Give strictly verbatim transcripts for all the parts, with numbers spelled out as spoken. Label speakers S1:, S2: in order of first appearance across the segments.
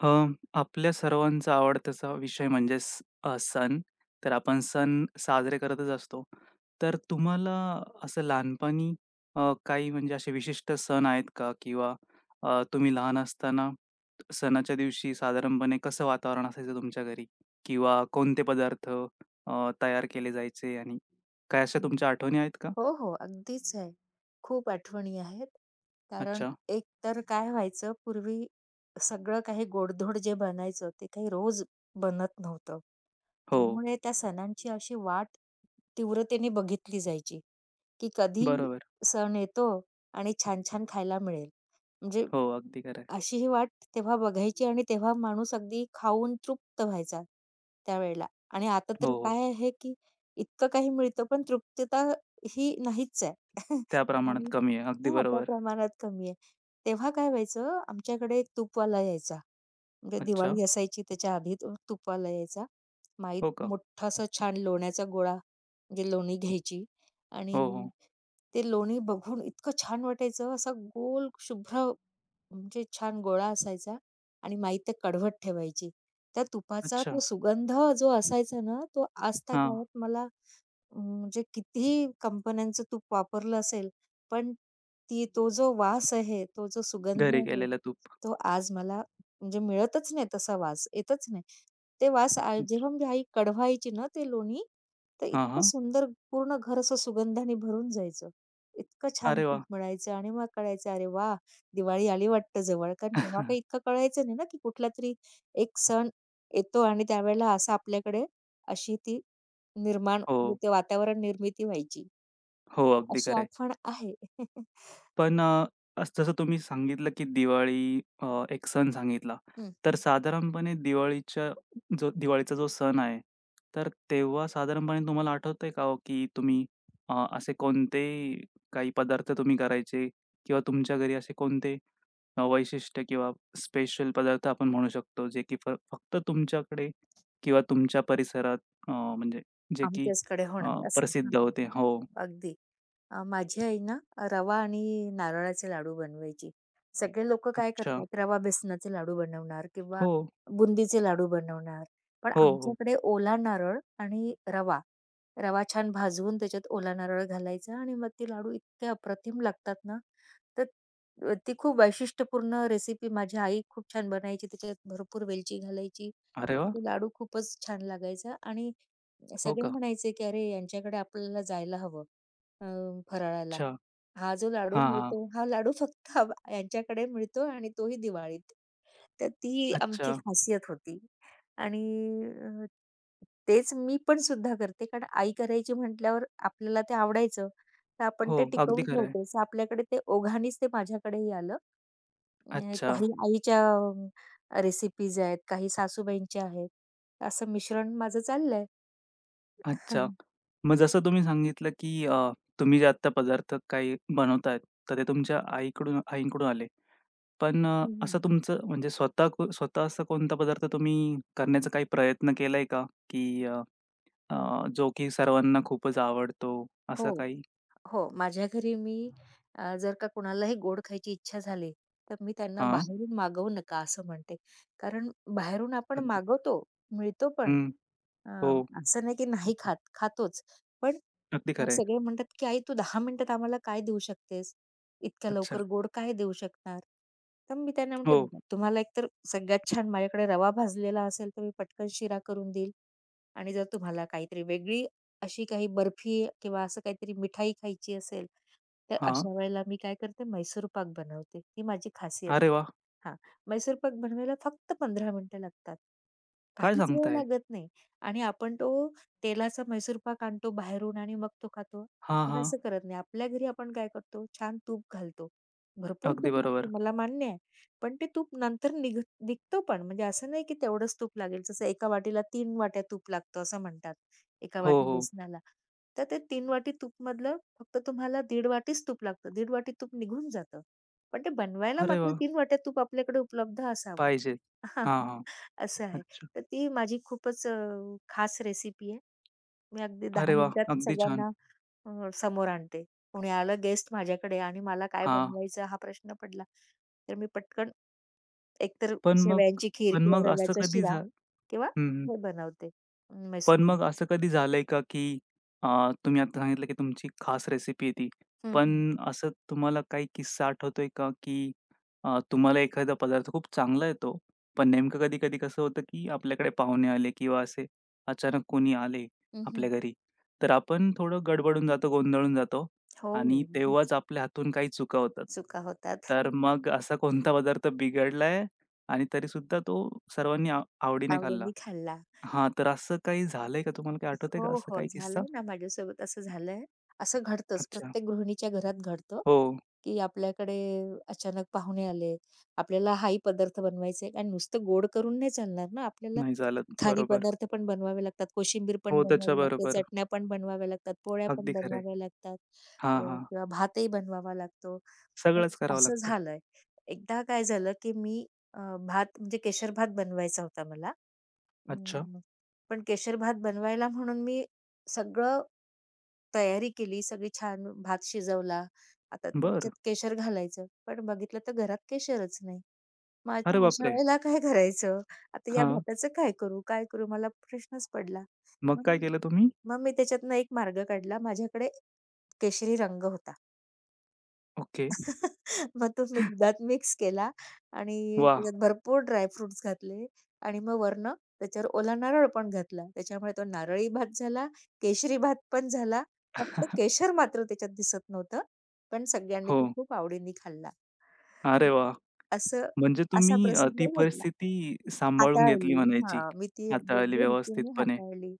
S1: अ, आपल्या सर्वांचा आवडताचा विषय म्हणजे स- अ, सण. तर आपण सण साजरे करतच असतो. तर तुम्हाला असं लहानपणी अ, काही म्हणजे असे विशिष्ट सण आहेत का, किंवा अ, तुम्ही लहान असताना सणाच्या दिवशी साधारणपणे कसं वातावरण असायचं तुमच्या घरी, किंवा कोणते पदार्थ अ, तयार केले जायचे, आणि काय अशा
S2: हं.
S1: तुमच्या आठवणी आहेत का?
S2: हो, हो. अगदीच आहे. खूप आठवणी आहेत. कारण
S1: अच्छा.
S2: एक तर काय व्हायचं पूर्वी सगळं काही गोडधोड जे बनायचं ते काही रोज बनत नव्हतं.
S1: हो.
S2: त्यामुळे त्या सणांची अशी वाट तीव्रतेने बघितली जायची, की कधी
S1: बरोबर.
S2: सण येतो आणि छान-छान खायला मिळेल. म्हणजे
S1: हो, अगदी खरं आहे.
S2: अशी ही वाट तेव्हा बघायची आणि तेव्हा माणूस अगदी खाऊन तृप्त व्हायचा त्यावेळेला. आणि आता
S1: हो,
S2: तर
S1: हो.
S2: काय आहे, की इतकं काही मिळतं पण तृप्तता ही नाहीच आहे.
S1: त्या
S2: आणि
S1: प्रमाणात कमी आहे, अगदी
S2: हां, त्या
S1: बरोबर.
S2: प्रमाणात कमी आहे. तेव्हा काय व्हायचं आमच्याकडे एक तूपवाला यायचा. म्हणजे
S1: अच्छा.
S2: दिवाळी असायची त्याच्या आधी तो तूपवाला यायचा. माहीत
S1: हो का?
S2: मोठा असा छान लोण्याचा गोळा म्हणजे लोणी घ्यायची आणि
S1: हो, हो.
S2: ते लोणी बघून इतकं छान वाटायचं, असा गोल शुभ्र म्हणजे छान गोळा असायचा. आणि माई ते कडवट ठेवायची. त्या तुपाचा
S1: अच्छा.
S2: तो सुगंध जो असायचा ना, तो
S1: हां.
S2: आजतागायत मला म्हणजे कितीही कंपन्यांचं तूप वापरलं असेल, पण ती तो जो वास आहे, तो जो सुगंध
S1: घरी
S2: आहे,
S1: केलेलं तूप.
S2: तो आज मला म्हणजे मिळतच नाही तसा वास, येतच नाही. ते वास आ
S1: अच्छ
S2: जेव्हा माझी आई कढवायची ना ते लोणी, तर
S1: हां,
S2: इतकं
S1: हां.
S2: सुंदर पूर्ण घर असं सुगंधाने भरून जायचं. इतकं छान
S1: अरे
S2: तूप
S1: वाह!
S2: मिळायचं आणि मग कळायचं, "अरे वाह! दिवाळी आली वाटतं जवळ." कारण तेव्हा काही इतकं कळायचं नाही ना, की कुठलातरी एक सण येतो आणि त्यावेळेला असं आपल्याकडे अशी ती निर्माण म्हणजे
S1: हो,
S2: ते वातावरण निर्मिती व्हायची.
S1: हो. अगदी
S2: अशी
S1: खरं आहे.
S2: आठवण आहे.
S1: पण अ, अस जसं तुम्ही सांगितलं, की दिवाळी, अ, एक सण सांगितला.
S2: हं.
S1: तर
S2: हं.
S1: साधारणपणे दिवाळीच्या जो दिवाळीचा जो सण आहे, तर तेव्हा साधारणपणे तुम्हाला आठवतंय का हो, की तुम्ही अ, असे कोणते काही पदार्थ तुम्ही करायचे, किंवा तुमच्या घरी असे कोणते अ, वैशिष्ट्य किंवा स्पेशल पदार्थ आपण म्हणू शकतो, जे की फ फक्त तुमच्याकडे किंवा तुमच्या परिसरात अ, म्हणजे जे की
S2: आमच्याचकडे
S1: अ,
S2: होणार असं. हां,
S1: प्रसिद्ध
S2: हां,
S1: होते.
S2: हां,
S1: हो.
S2: हां. अगदी. अ, माझी आई ना रवा आणि नारळाचे लाडू बनवायची. सगळे लोकं काय
S1: अच्छा.
S2: करतात, रवा बेसनाचे लाडू बनवणार किंवा
S1: हो,
S2: बुंदीचे लाडू बनवणार. पण
S1: हो, हो.
S2: आमच्याकडे ओला नारळ आणि रवा. रवा छान भाजवून त्याच्यात ओला नारळ घालायचा आणि मग ते लाडू इतके अप्रतिम लागतात ना, तर अ, ती खूप वैशिष्ट्यपूर्ण रेसिपी माझी आई खूप छान बनायची. त्याच्यात भरपूर वेलची घालायची.
S1: अरे वाह!
S2: ते लाडू खूपच छान लागायचा. आणि
S1: हो
S2: सगळे
S1: का?
S2: म्हणायचे, की "अरे यांच्याकडे आपल्याला जायला हवं अ, फराळाला.
S1: अच्छा.
S2: हा जो लाडू
S1: हां, हां.
S2: मिळतो, हा लाडू फक्त आम यांच्याकडे मिळतो आणि तोही दिवाळीत." तर ती आमची
S1: अच्छा.
S2: खासियत होती. आणि अ, तेच मी पण सुद्धा करते, कारण आई करायची म्हटल्यावर आपल्याला ते आवडायचं. तर आपण
S1: हो,
S2: ते
S1: अगदी
S2: टिकवून
S1: खरं आहे.
S2: ठेवतो. तर आपल्याकडे ते ओघानेच ते माझ्याकडेही आलं. अ,
S1: अच्छा,
S2: काही आईच्या रेसिपीज आहेत, काही सासूबाईंच्या आहेत. असं मिश्रण माझं चाललंय.
S1: अच्छा.
S2: हं,
S1: मग जसं तुम्ही सांगितलं, की अ, तुम्ही जे आत्ता पदार्थ काही बनवतायत, तर ते तुमच्या आईकडून आईंकडून आले. पण अ, असं तुमचं म्हणजे स्वतः को स्वतः असा कोणता पदार्थ तुम्ही करण्याचा काही प्रयत्न केलाय का? की अ, अ, जो की सर्वांना खूपच आवडतो
S2: हो.
S1: असं काही?
S2: हो, माझ्या घरी मी अ, जर का कुणालाही गोड खायची इच्छा झाली, तर मी त्यांना
S1: हां.
S2: बाहेरून मागवू नका असं म्हणते. कारण बाहेरून आपण
S1: अगदी.
S2: मागवतो, मिळतो पण.
S1: हं.
S2: अ,
S1: हो.
S2: असं नाही की नाही खात, खातोच. पण
S1: अगदी
S2: मग
S1: खरं आहे.
S2: सगळे म्हणतात, की "आई तू दहा मिनिटात आम्हाला काय देऊ शकतेस? इतक्या
S1: अच्छा.
S2: लवकर गोड काय देऊ शकणार?" तर मी त्यांना म्हणते,
S1: हो.
S2: "बघा तुम्हाला एकतर सगळ्यात छान माझ्याकडे रवा भाजलेला असेल, तर मी पटकन शिरा करून देईल. आणि जर तुम्हाला काहीतरी वेगळी अशी काही बर्फी किंवा असं काहीतरी मिठाई खायची असेल, तर
S1: हां.
S2: अशा वेळेला मी काय करते, मैसूर पाक बनवते. ही माझी खासियत
S1: अरे
S2: आहे.
S1: वाह!
S2: हां, मैसूर पाक बनवायला फक्त पंधरा मिनिटं लागतात.
S1: काय
S2: काहीच वेळ
S1: सांगताय?
S2: लागत नाही. आणि आपण तो तेलाचा मैसूर पाक आणतो बाहेरून आणि मग तो खातो.
S1: हां,
S2: आपण
S1: हां.
S2: असं करत नाही. आपल्या घरी आपण काय करतो, छान तूप घालतो. भरपूर
S1: अगदी
S2: तूप लागतं,
S1: बरोबर.
S2: मला मान्य आहे. पण ते तूप नंतर निघ निघतो पण. म्हणजे असं नाही की तेवढंच तूप लागेल. जसं एका वाटीला तीन वाट्या तूप लागतं असं म्हणतात, एका
S1: हो,
S2: वाटी
S1: हो.
S2: बेसनाला. तर ते तीन वाटी तूपमधलं फक्त तुम्हाला दीड वाटीच तूप लागतं. दीड वाटी तूप निघून जातं. पण ते बनवायला
S1: अरे
S2: मात्र
S1: वाह!
S2: तीन वाट्या तूप आपल्याकडे उपलब्ध असावं.
S1: पाहिजे.
S2: हां,
S1: हां, हां.
S2: असं आहे.
S1: अच्छा.
S2: तर ती माझी खूपच अ, खास रेसिपी आहे. मी अगदी दहा
S1: अरे वाह!
S2: मिनिटात
S1: अगदी छान.
S2: सगळ्यांना अ, समोर आणते. कोणी आलं गेस्ट माझ्याकडे आणि मला काय
S1: हां.
S2: बनवायचं हा प्रश्न पडला, तर मी पटकन एकतर
S1: पण मग
S2: शेवयांची खीर
S1: पण
S2: किंवा
S1: मग असं
S2: रव्याचा
S1: कधी
S2: शिरा
S1: झा
S2: किंवा हे बनवते, म्हैसूर
S1: पण
S2: पाक.
S1: मग असं कधी झालंय का, की अ, तुम्ही आता सांगितलं, की तुमची खास रेसिपी आहे ती.
S2: हं, हं.
S1: पण असं तुम्हाला काही किस्सा आठवतोय का, की अ, तुम्हाला एखादा पदार्थ खूप चांगला येतो, पण नेमकं कधी-कधी कसं होतं, की आपल्याकडे पाहुणे आले किंवा असे अचानक कोणी आले
S2: हं, हं.
S1: आपल्या घरी, तर आपण थोडं गडबडून जातो, गोंधळून जातो
S2: हो,
S1: आणि तेव्हाच आपल्या हातून काही चुका होतात.
S2: चुका होतात.
S1: तर मग असा कोणता पदार्थ बिघडलाय आणि तरीसुद्धा तो सर्वांनी आ आवडीने खाल्ला?
S2: आवडीने खाल्ला.
S1: हां, तर असं काही झालंय का? तुम्हाला काही आठवतंय का
S2: हो,
S1: असं
S2: हो.
S1: काही किस्सा?
S2: झालंय ना, माझ्यासोबत असं झालंय. असं घडतंच,
S1: अच्छा.
S2: प्रत्येक गृहिणीच्या घरात घडतं,
S1: हो,
S2: की आपल्याकडे अचानक पाहुणे आले. आपल्याला हाही पदार्थ बनवायचे आहे आणि नुसतं गोड करून नाही चालणार ना. आपल्याला
S1: नाही चालत.
S2: खारी
S1: बरोबर.
S2: पदार्थ पण बनवावे लागतात, कोशिंबीर पण
S1: हो,
S2: बनवावी लागते,
S1: त्याच्याबरोबर.
S2: चटण्या पण बनवाव्या लागतात, पोळ्या पण
S1: अगदी खरं आहे.
S2: बनवाव्या लागतात,
S1: हां,
S2: अ,
S1: हां.
S2: किंवा भातही बनवावा लागतो. तर
S1: सगळंच करावं
S2: असं
S1: लागतं.
S2: झालंय. एकदा काय झालं, की मी अ, भात म्हणजे केशर भात बनवायचा होता मला.
S1: अच्छा,
S2: हं, पण केशर भात बनवायला म्हणून मी सगळं तयारी केली. सगळी छान भात शिजवला. आता त्याच्यात
S1: बरं.
S2: केशर घालायचं. पण बघितलं तर घरात केशरच नाही. मग
S1: अरे
S2: आता अशा
S1: बापरे!
S2: वेळेला काय करायचं? आता या
S1: हां,
S2: भाताचं काय करू? काय करू? मला प्रश्नच पडला.
S1: मग
S2: मग
S1: काय केलं तुम्ही?
S2: मग मी त्याच्यातनं एक मार्ग काढला. माझ्याकडे केशरी रंग होता.
S1: ओके.
S2: मग तो मी दुधात मिक्स केला आणि
S1: वाह!
S2: त्याच्यात भरपूर ड्राय घातले आणि मग वरनं त्याच्यावर ओला नारळ पण घातला. त्याच्यामुळे तो नारळी भात झाला, केशरी भात पण झाला. फक्त केशर मात्र त्याच्यात दिसत नव्हतं. पण सगळ्यांनी
S1: हो.
S2: तो खूप आवडीने खाल्ला.
S1: अरे वाह!
S2: असं
S1: म्हणजे
S2: असा
S1: तुम्ही अ,
S2: प्रसंग
S1: ती
S2: घडला.
S1: परिस्थिती सांभाळून घेतली
S2: हाताळली.
S1: म्हणायची.
S2: हां, मी ती
S1: हाताळली
S2: योग्य रीतीने
S1: व्यवस्थितपणे.
S2: हाताळली.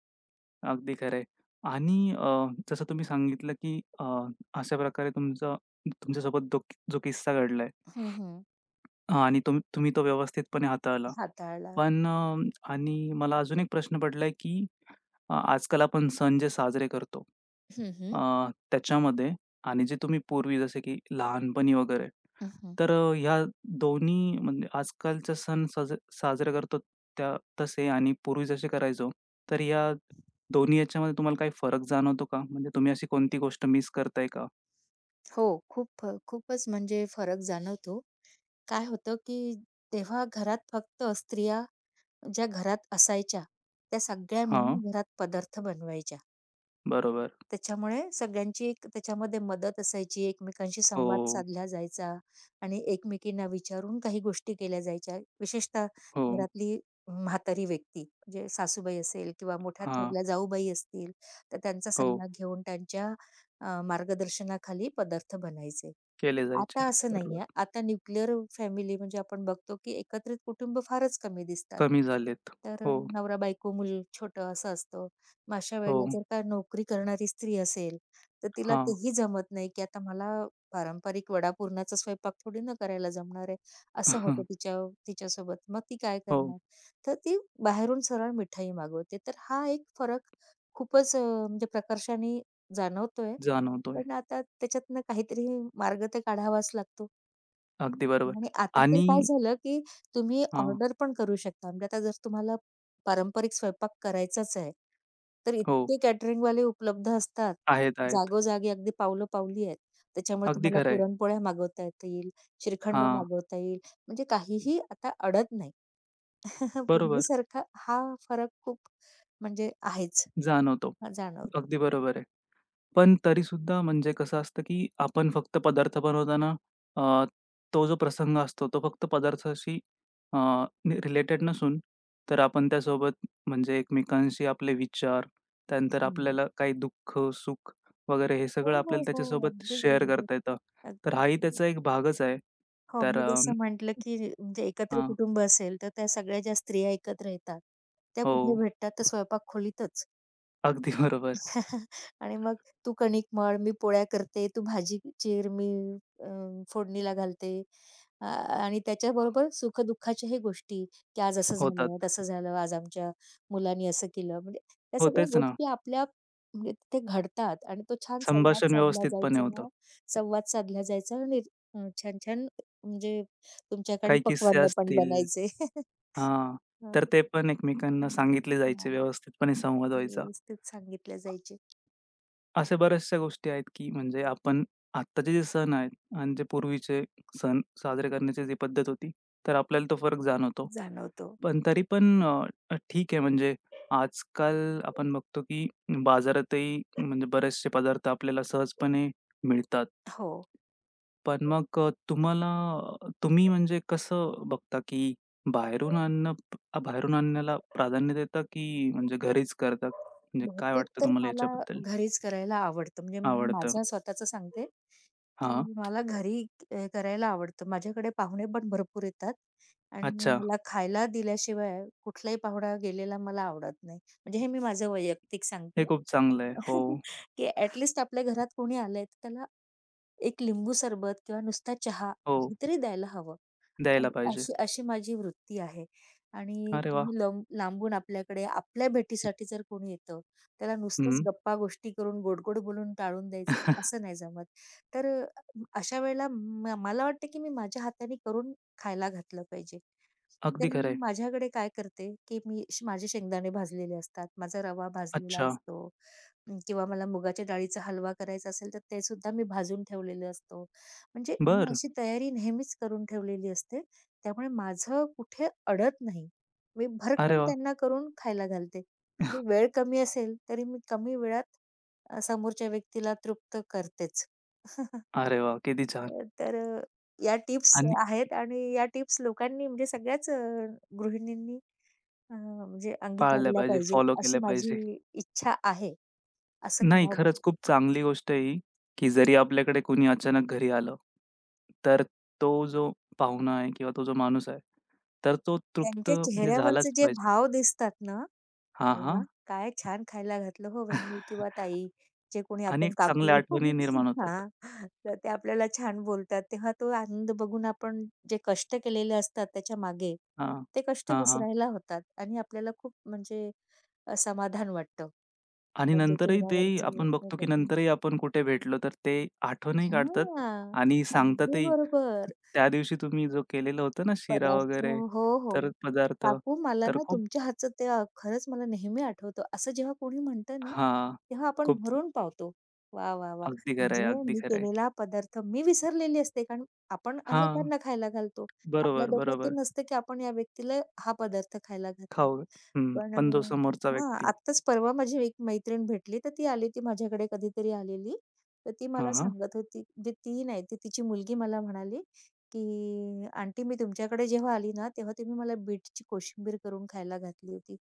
S1: अगदी खरं आहे. आणि अ, जसं तुम्ही सांगितलं, की अ, अशा प्रकारे तुमचं तुमच्यासोबत दो जो किस्सा घडलाय.
S2: हं, हं.
S1: हां, आणि तुम तुम्ही तो व्यवस्थितपणे हाताळला.
S2: हाताळला.
S1: पण अ, आणि मला अजून एक प्रश्न पडलाय, की अ, आजकाल आपण सण जे साजरे करतो,
S2: हं, हं.
S1: अ, त्याच्यामध्ये आणि जे तुम्ही पूर्वी जसे की लहानपणी वगैरे,
S2: हं, हं.
S1: तर अ, ह्या दोन्ही म्हणजे आजकालचे सण साज साजरे करतो त्या तसे आणि पूर्वी जसे करायचो, तर या दोन्ही याच्यामध्ये तुम्हाला काही फरक जाणवतो का? म्हणजे तुम्ही अशी कोणती गोष्ट मिस करताय का?
S2: हो, खूप खूपच म्हणजे फरक जाणवतो. काय होतं, की तेव्हा घरात फक्त स्त्रिया ज्या घरात असायच्या, त्या सगळ्या
S1: हां,
S2: मिळून घरात पदार्थ बनवायच्या.
S1: बरोबर.
S2: त्याच्यामुळे सगळ्यांची एक त्याच्यामध्ये मदत असायची, एकमेकांशी संवाद
S1: हो,
S2: साधला जायचा आणि एकमेकींना विचारून काही गोष्टी केल्या जायच्या. विशेषतः
S1: हो.
S2: घरातली म्हातारी व्यक्ती, म्हणजे सासूबाई असेल किंवा मोठ्या
S1: हां,
S2: थोरल्या जाऊबाई असतील, तर त्यांचा
S1: हो.
S2: सल्ला घेऊन त्यांच्या अ, मार्गदर्शनाखाली पदार्थ बनायचे.
S1: केले
S2: आता
S1: जायचे.
S2: असं नाहीये.
S1: बरोबर.
S2: आता न्यूक्लिअर फॅमिली म्हणजे आपण बघतो, की एकत्रित कुटुंब फारच कमी दिसतात.
S1: कमी झालेत.
S2: तर अ,
S1: हो,
S2: नवरा-बायको, मूल छोटं असं असतं. मग अशा वेळेला
S1: हो.
S2: जर का नोकरी करणारी स्त्री असेल, तर तिला
S1: हां.
S2: तेही जमत नाही, की आता मला पारंपरिक वडापुरणाचा स्वयंपाक थोडी ना करायला जमणार आहे. असं होतं तिच्या तिच्यासोबत. मग ती काय
S1: हो,
S2: करणार? तर ती बाहेरून सरळ मिठाई मागवते. तर हा एक फरक खूपच अ, म्हणजे प्रकर्षाने जाणवतोय.
S1: जाणवतोय.
S2: पण आता त्याच्यातनं काहीतरी मार्ग तर काढावाच लागतो.
S1: अगदी बरोबर.
S2: आणि आता तर
S1: आणि.
S2: काय झालं, की तुम्ही
S1: हां.
S2: ऑर्डर पण करू शकता. म्हणजे आता जर तुम्हाला पारंपरिक स्वयंपाक करायचाच आहे, तर
S1: हो.
S2: इतके कॅटरिंग वाले उपलब्ध असतात.
S1: आहेत, आहेत.
S2: जागोजागी अगदी पावलं-पावली आहेत. त्याच्यामुळे
S1: अगदी
S2: तुम्हाला
S1: खरं आहे.
S2: पुरणपोळ्या मागवता येतील, श्रीखंड
S1: हां,
S2: मागवता येईल. म्हणजे काहीही आता अडत नाही.
S1: बरोबर.
S2: पूर्वीसारखा हा फरक खूप म्हणजे आहेच,
S1: जाणवतो.
S2: हा जाणवतो.
S1: अगदी बरोबर आहे. पण तरी सुद्धा म्हणजे कसं असतं, की आपण फक्त पदार्थ बनवताना अ, तो जो प्रसंग असतो, तो फक्त पदार्थाशी अ, नि रिलेटेड नसून, तर आपण त्यासोबत म्हणजे एकमेकांशी आपले विचार, त्यानंतर
S2: हं.
S1: आपल्याला काही दुःख, सुख वगैरे हे
S2: हो,
S1: सगळं
S2: हो,
S1: आपल्याला
S2: हो.
S1: त्याच्यासोबत
S2: अगदी
S1: शेअर
S2: बरोबर.
S1: करता येतं. तर
S2: अगदी.
S1: हाही त्याचा एक भागच आहे.
S2: हो,
S1: तर
S2: मी
S1: अ,
S2: जसं म्हटलं, की म्हणजे एकत्र
S1: हां.
S2: कुटुंब असेल, तर त्या सगळ्या ज्या स्त्रिया एकत्र येतात, त्या
S1: हो,
S2: कुठे भेटतात? तर स्वयंपाक खोलीतच.
S1: अगदी बरोबर.
S2: आणि मग तू कणिक मळ, मी पोळ्या करते, तू भाजी चीर, मी अ, फोडणीला घालते. अ, आणि त्याच्याबरोबर सुख-दुःखाच्याही गोष्टी, की आज असं
S1: होतात.
S2: झालं, तसं झालं, आज आमच्या मुलांनी असं केलं. म्हणजे त्या
S1: हो,
S2: सगळ्या
S1: तेच ना.
S2: गोष्टी आपल्या म्हणजे तिथे घडतात आणि तो छान संवाद
S1: संभाषण
S2: साधला
S1: व्यवस्थितपणे होतं.
S2: जायचा संवाद साधला जायचा आणि अ, छान-छान म्हणजे तुमच्याकडे
S1: काही किस्से
S2: पक्वान्न पण
S1: असतील.
S2: बनायचे.
S1: हां,
S2: हां.
S1: तर ते पण
S2: हं,
S1: एकमेकांना
S2: हं.
S1: सांगितले जायचे, व्यवस्थितपणे संवाद व्हायचा.
S2: व्यवस्थित सांगितले जायचे.
S1: अशा बऱ्याचशा गोष्टी आहेत, की म्हणजे आपण आत्ताचे जे सण आहेत आणि जे पूर्वीचे सण साजरे करण्याची जी पद्धत होती, तर आपल्याला तो फरक जाणवतो.
S2: जाणवतो.
S1: पण तरी पण अ, अ, ठीक आहे, म्हणजे आजकाल आपण बघतो, की बाजारातही म्हणजे बरेचसे पदार्थ आपल्याला सहजपणे मिळतात.
S2: हो.
S1: पण मग अ, तुम्हाला तुम्ही म्हणजे कसं बघता, की बाहेरून आणणं अ, बाहेरून आणण्याला प्राधान्य देता, की म्हणजे घरीच करता? म्हणजे काय
S2: बहुतेक
S1: वाटतं
S2: तर
S1: तुम्हाला
S2: मला
S1: याच्याबद्दल?
S2: घरीच करायला आवडतं. म्हणजे मी
S1: आवडतं.
S2: माझं स्वतःचं सांगते, की
S1: हां.
S2: मला घरी अ, करायला आवडतं. माझ्याकडे पाहुणे पण भरपूर येतात आणि
S1: अच्छा.
S2: मला खायला दिल्याशिवाय कुठलाही पाहुणा गेलेला मला आवडत नाही. म्हणजे हे मी माझं वैयक्तिक सांगते,
S1: हे खूप चांगलं आहे. हो,
S2: की ॲट आपल्या घरात कोणी आलंय, तर त्याला एक लिंबू सरबत किंवा नुसता चहा
S1: हो.
S2: हे तरी द्यायला हवं.
S1: द्यायला
S2: अग
S1: पाहिजे.
S2: अशी अशी माझी वृत्ती आहे. आणि
S1: अरे वाह!
S2: तुम्ही लं लांबून आपल्याकडे आपल्या भेटीसाठी जर कोणी येतं, त्याला नुसतंच
S1: हं.
S2: गप्पा-गोष्टी करून, गोडगोड गोड बोलून टाळून द्यायचं, असं नाही जमत. तर अ, अशा वेळेला म मला वाटतं, की मी माझ्या हाताने करून खायला घातलं पाहिजे.
S1: अगदी
S2: तर
S1: खरं
S2: मी
S1: आहे.
S2: माझ्याकडे काय करते, की मी श माझे शेंगदाणे भाजलेले असतात, माझा रवा भाजलेला
S1: अच्छा.
S2: असतो, अं, किंवा मला मुगाच्या डाळीचा हलवा करायचा असेल, तर ते सुद्धा मी भाजून ठेवलेलं असतो. म्हणजे मी
S1: बरं.
S2: अशी तयारी नेहमीच करून ठेवलेली असते. त्यामुळे माझं कुठे अडत नाही. मी
S1: अरे
S2: भरकम
S1: वाह!
S2: त्यांना करून खायला घालते. म्हणजे वेळ कमी असेल तरी मी कमी वेळात अ, समोरच्या व्यक्तीला तृप्त करतेच.
S1: अरे वाह! किती छान.
S2: अ, तर अ, या टिप्स
S1: आणि
S2: आहेत आणि या टिप्स लोकांनी म्हणजे सगळ्याच अ, गृहिणींनी अ, म्हणजे
S1: पाळल्या
S2: अंगीकारल्या
S1: पाहिजे,
S2: पाहिजे,
S1: फॉलो
S2: अशी
S1: केल्या पाहिजे.
S2: माझी इच्छा आहे. असं
S1: नाही,
S2: करावं.
S1: खरंच खूप चांगली गोष्ट आहे ही, की जरी आपल्याकडे कोणी अचानक घरी आलं, तर तो जो पाहुणा आहे किंवा तो जो माणूस आहे, तर तो तृप्त
S2: त्यांच्या
S1: म्हणजे
S2: चेहऱ्यावरचे
S1: झालाच
S2: जे
S1: पाहिजे.
S2: भाव दिसतात ना,
S1: हां,
S2: अरे वा,
S1: हां.
S2: काय छान खायला घातलं हो वहिनी किंवा ताई, जे कोणी
S1: आणि
S2: आपण
S1: एक चांगल्या
S2: काकू
S1: आठवणी निर्माण होतात.
S2: हां, तर ते आपल्याला छान बोलतात, तेव्हा तो आनंद बघून आपण जे कष्ट केलेले असतात त्याच्या मागे,
S1: हां,
S2: ते कष्ट
S1: हां, हां.
S2: विसरायला होतात आणि आपल्याला खूप म्हणजे अ, समाधान वाटतं.
S1: आणि
S2: त्यांच्या
S1: नंतरही ते
S2: चेहऱ्यावरचं
S1: आपण
S2: हे
S1: बघतो, की
S2: बघून
S1: नंतरही आपण कुठे भेटलो, तर ते आठवणही काढतात
S2: हां,
S1: आणि
S2: अगदी
S1: सांगतातही.
S2: बरोबर.
S1: त्या दिवशी तुम्ही जो केलेलं होतं ना शिरा
S2: पदार्थ
S1: वगैरे,
S2: हो, हो.
S1: तर पदार्थ,
S2: काकू मला
S1: तर
S2: ना
S1: खूप.
S2: तुमच्या हातचं ते अ, खरंच मला नेहमी आठवतं. असं जेव्हा कोणी म्हणतं ना,
S1: हां,
S2: तेव्हा आपण
S1: खूप.
S2: भरून पावतो. वाह! वाह! वाह!
S1: अगदी खरं
S2: म्हणजे
S1: आहे, अगदी
S2: मी
S1: खरं आहे.
S2: केलेला पदार्थ मी विसरलेली असते, कारण आपण
S1: हां,
S2: अनेकांना खायला घालतो. आपल्या
S1: बरोबर,
S2: डोक्यात ते
S1: बरोबर.
S2: नसतं, की आपण या व्यक्तीला हा पदार्थ खायला घातला.
S1: खाऊ हं,
S2: पण
S1: पण जो समोरचा
S2: हां,
S1: व्यक्ती.
S2: आत्ताच परवा माझी एक मैत्रीण भेटली, तर ती आली होती माझ्याकडे कधीतरी आलेली. तर ती
S1: हां,
S2: मला
S1: हां,
S2: सांगत होती म्हणजे ती नाही, ती तिची मुलगी मला म्हणाली, की "आंटी मी तुमच्याकडे जेव्हा आली ना, तेव्हा तुम्ही मला बीटची कोशिंबीर करून खायला घातली होती.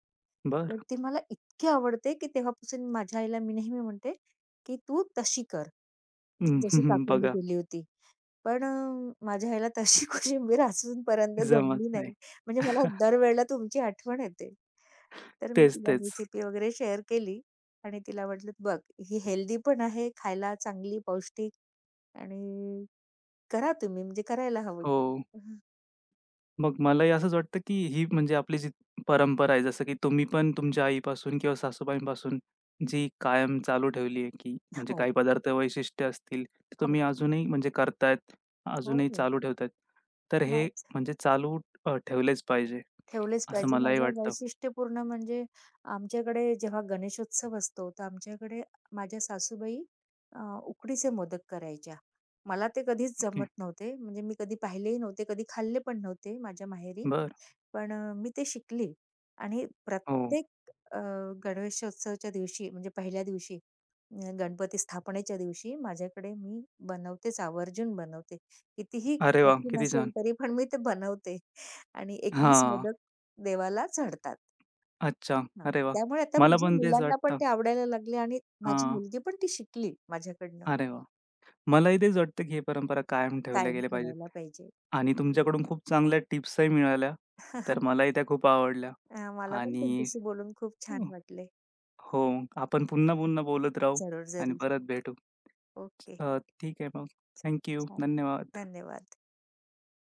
S1: बरं.
S2: तर ती मला इतकी आवडते, की तेव्हापासून माझ्या आईला मी नेहमी म्हणते, की तू तशी कर,
S1: हं,
S2: जशी
S1: हं, हं.
S2: काकूंनी
S1: बघा.
S2: केली होती." पण अ, माझ्या आईला तशी कोशिंबीर अजूनपर्यंत
S1: जमत
S2: जमली
S1: नाही.
S2: नाही. म्हणजे मला दरवेळेला तुमची आठवण येते. तर मी
S1: तेच,
S2: तिला
S1: तेच.
S2: रेसिपी वगैरे शेअर केली आणि तिला म्हटलं, "बघ, ही हेल्दी पण आहे, खायला चांगली, पौष्टिक आणि करा तुम्ही, म्हणजे करायला हवी."
S1: हो.
S2: हं.
S1: मग मलाही असंच वाटतं, की ही म्हणजे आपली जी परंपरा आहे, जसं की तुम्ही पण तुमच्या आईपासून किंवा सासूबाईंपासून जी कायम चालू ठेवली आहे, की म्हणजे
S2: हो,
S1: काही पदार्थ वैशिष्ट्य असतील, ते
S2: हो,
S1: तुम्ही अजूनही म्हणजे करतायत,
S2: हो,
S1: अजूनही
S2: हो.
S1: चालू ठेवतायत. तर हे
S2: मग
S1: म्हणजे चालू अ, ठेवलेच पाहिजे,
S2: ठेवलेच
S1: असं
S2: पाहिजे.
S1: मलाही
S2: माझं
S1: वाटतं.
S2: वैशिष्ट्यपूर्ण म्हणजे आमच्याकडे जेव्हा गणेशोत्सव असतो, तर आमच्याकडे माझ्या सासूबाई अ, उकडीचे मोदक करायच्या. मला ते कधीच जमत नव्हते, म्हणजे मी कधी पाहिलेही नव्हते, कधी खाल्ले पण नव्हते माझ्या माहेरी.
S1: बरं.
S2: पण अ, मी ते शिकली आणि
S1: हो.
S2: प्रत्येक अ, गणेशोत्सवाच्या दिवशी म्हणजे पहिल्या दिवशी अ, गणपती स्थापनेच्या दिवशी माझ्याकडे मी बनवतेच, आवर्जून बनवते. कितीही
S1: अरे वा,
S2: कठीण
S1: किती
S2: असेल
S1: छान.
S2: तरी पण मी ते बनवते आणि एकवीस
S1: हां.
S2: मोदक देवाला चढतात.
S1: अच्छा.
S2: हां,
S1: अरे वा,
S2: त्यामुळे आता
S1: मला
S2: माझ्या
S1: पण तेच
S2: मुलांना पण
S1: वाटतं.
S2: ते आवडायला लागले आणि माझी
S1: हां.
S2: मुलगी पण ती शिकली माझ्याकडनं.
S1: अरे वा, मलाही तेच वाटतं, की ही परंपरा कायम ठेवल्या
S2: कायम
S1: गेल्या पाहिजेत.
S2: ठेवायला पाहिजे.
S1: आणि तुमच्याकडून खूप चांगल्या टिप्सही मिळाल्या. तर मलाही त्या खूप आवडल्या.
S2: अ, मला पण
S1: आणि
S2: तुमच्याशी बोलून खूप छान वाटले.
S1: हो, आपण पुन्हा-पुन्हा बोलत राहू
S2: जरूर,
S1: आणि
S2: जरूर.
S1: परत भेटू.
S2: ओके.
S1: अ, ठीक आहे मग.
S2: छान,
S1: थँक
S2: छान.
S1: धन्यवाद.
S2: धन्यवाद.